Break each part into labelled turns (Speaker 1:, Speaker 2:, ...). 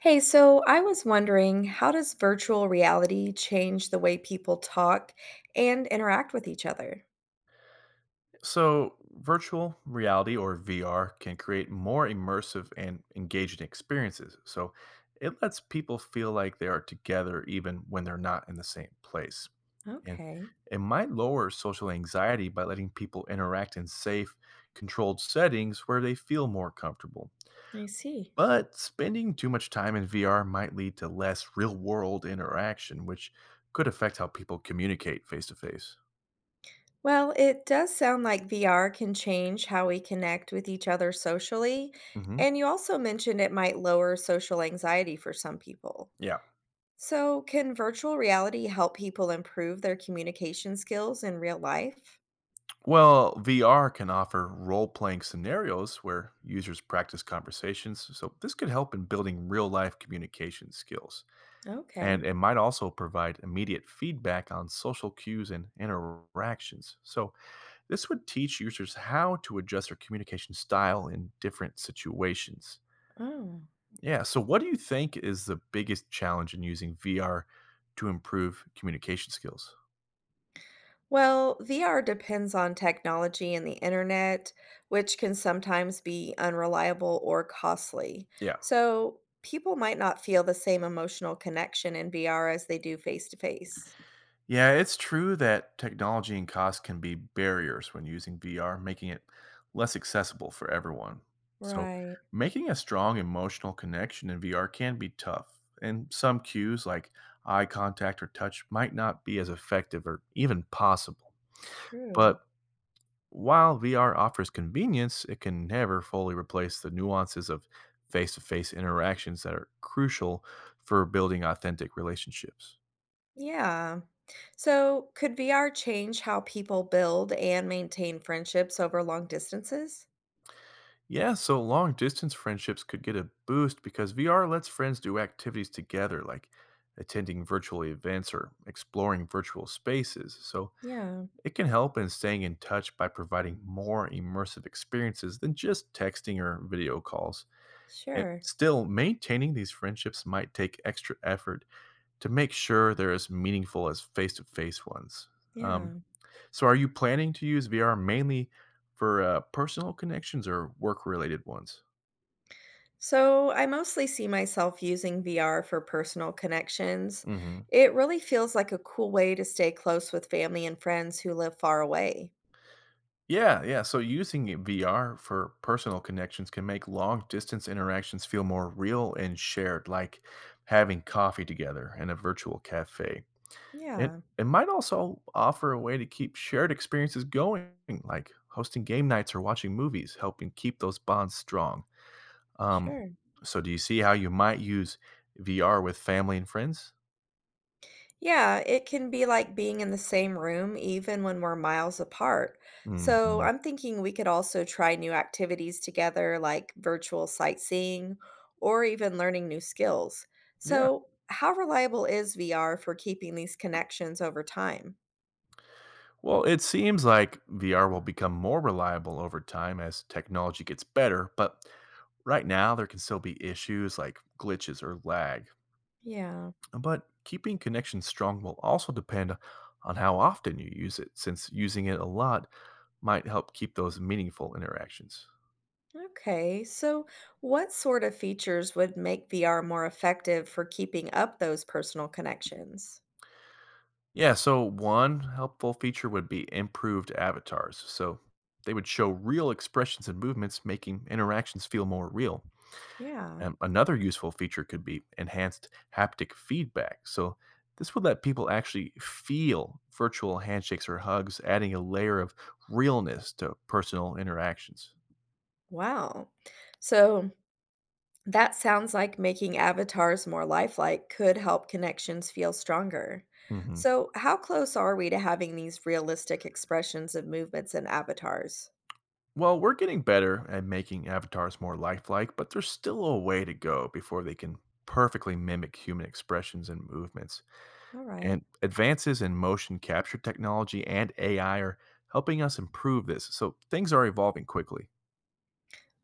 Speaker 1: Hey, so I was wondering, how does virtual reality change the way people talk and interact with each other?
Speaker 2: So, virtual reality or VR can create more immersive and engaging experiences. So, it lets people feel like they are together even when they're not in the same place. And
Speaker 1: Okay.
Speaker 2: it might lower social anxiety by letting people interact in safe, controlled settings where they feel more comfortable.
Speaker 1: I see.
Speaker 2: But spending too much time in VR might lead to less real world interaction, which could affect how people communicate face to face.
Speaker 1: Well, it does sound like VR can change how we connect with each other socially,
Speaker 2: Mhm.
Speaker 1: and you also mentioned it might lower social anxiety for some people.
Speaker 2: Yeah.
Speaker 1: So, can virtual reality help people improve their communication skills in real life?
Speaker 2: Well, VR can offer role playing scenarios where users practice conversations, so this could help in building real life communication skills.
Speaker 1: Okay.
Speaker 2: And it might also provide immediate feedback on social cues and interactions. So, this would teach users how to adjust their communication style in different situations.
Speaker 1: Oh.
Speaker 2: Yeah, so what do you think is the biggest challenge in using VR to improve communication skills?
Speaker 1: Well, VR depends on technology and the internet, which can sometimes be unreliable or costly.
Speaker 2: Yeah.
Speaker 1: So, people might not feel the same emotional connection in VR as they do face to face.
Speaker 2: Yeah, it's true that technology and cost can be barriers when using VR, making it less accessible for everyone. So,
Speaker 1: Right.
Speaker 2: making a strong emotional connection in VR can be tough, and some cues like eye contact or touch might not be as effective or even possible. But
Speaker 1: True.
Speaker 2: while VR offers convenience, it can never fully replace the nuances of face to face interactions that are crucial for building authentic relationships.
Speaker 1: Yeah. So, could VR change how people build and maintain friendships over long distances?
Speaker 2: Yeah, so long distance friendships could get a boost because VR lets friends do activities together, like attending virtual events or exploring virtual spaces. So
Speaker 1: Yeah.
Speaker 2: it can help in staying in touch by providing more immersive experiences than just texting or video calls. And
Speaker 1: Sure.
Speaker 2: still, maintaining these friendships might take extra effort to make sure they're as meaningful as face to face ones. Um,
Speaker 1: Yeah.
Speaker 2: so, are you planning to use VR mainly for personal connections or work related ones?
Speaker 1: So, I mostly see myself using VR for personal connections.
Speaker 2: Mhm.
Speaker 1: It really feels like a cool way to stay close with family and friends who live far away.
Speaker 2: Yeah, yeah. So VR for personal connections can make long distance interactions feel more real and shared, like having coffee together in a virtual cafe. It
Speaker 1: Yeah,
Speaker 2: it might also offer a way to keep shared experiences going, like hosting game nights or watching movies, helping keep those bonds strong. Um,
Speaker 1: sure.
Speaker 2: so do you see how you might use VR with family and friends?
Speaker 1: Yeah, it can be like being in the same room even when we're miles apart. So,
Speaker 2: Hmm.
Speaker 1: I'm thinking we could also try new activities together, like virtual sightseeing or even learning new skills.
Speaker 2: Yeah.
Speaker 1: So, how reliable is VR for keeping these connections over time?
Speaker 2: Well, it seems like VR will become more reliable over time as technology gets better, but right now there can still be issues like glitches or lag.
Speaker 1: Yeah.
Speaker 2: But keeping connections strong will also depend on how often you use it, since using it a lot might help keep those meaningful interactions.
Speaker 1: Okay, so what sort of features would make VR more effective for keeping up those personal connections?
Speaker 2: Yeah, so one helpful feature would be improved avatars. So they would show real expressions and movements, making interactions feel more real.
Speaker 1: Yeah,
Speaker 2: Another useful feature could be enhanced haptic feedback. So, this would let people actually feel virtual handshakes or hugs, adding a layer of realness to personal interactions.
Speaker 1: wow. So that sounds like making avatars more lifelike could help connections feel stronger.
Speaker 2: Hmm.
Speaker 1: So, how close are we to having these realistic expressions of movements and avatars?
Speaker 2: Well, we're getting better at making avatars more lifelike, but there's still a way to go before they can perfectly mimic human expressions and movements.
Speaker 1: All right.
Speaker 2: And advances in motion capture technology and AI are helping us improve this. So, things are evolving quickly.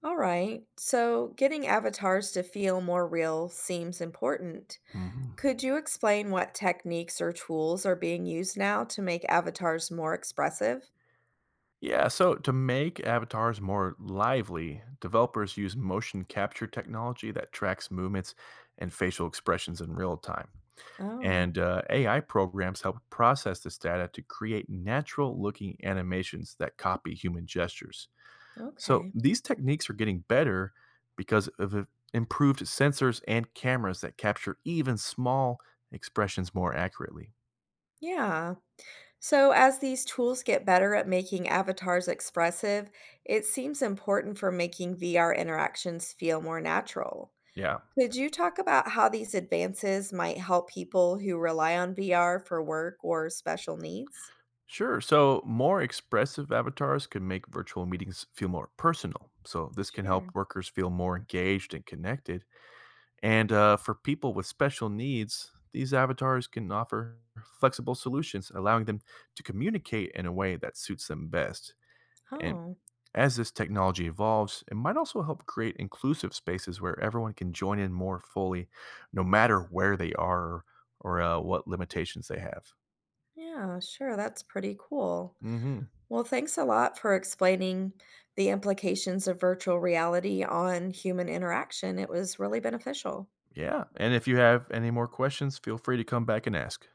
Speaker 1: All right. So, getting avatars to feel more real seems important.
Speaker 2: Mhm.
Speaker 1: Could you explain what techniques or tools are being used now to make avatars more expressive?
Speaker 2: Yeah, so to make avatars more lively, developers use motion capture technology that tracks movements and facial expressions in real time.
Speaker 1: Oh,
Speaker 2: And AI programs help process this data to create natural looking animations that copy human gestures. So
Speaker 1: okay.
Speaker 2: these techniques are getting better because of improved sensors and cameras that capture even small expressions more accurately.
Speaker 1: Yeah. So, as these tools get better at making avatars expressive, it seems important for making VR interactions feel more natural.
Speaker 2: Yeah.
Speaker 1: Could you talk about how these advances might help people who rely on VR for work or special needs?
Speaker 2: Sure. So, more expressive avatars can make virtual meetings feel more personal. So, this can help
Speaker 1: Sure.
Speaker 2: workers feel more engaged and connected. And for people with special needs, these avatars can offer flexible solutions, allowing them to communicate in a way that suits them best. And
Speaker 1: Oh,
Speaker 2: as this technology evolves, it might also help create inclusive spaces where everyone can join in more fully, no matter where they are or, what limitations they have.
Speaker 1: yeah, sure. That's pretty cool.
Speaker 2: Hmm.
Speaker 1: Well, thanks a lot for explaining the implications of virtual reality on human interaction. It was really beneficial.
Speaker 2: Yeah. And if you have any more questions, feel free to come back and ask.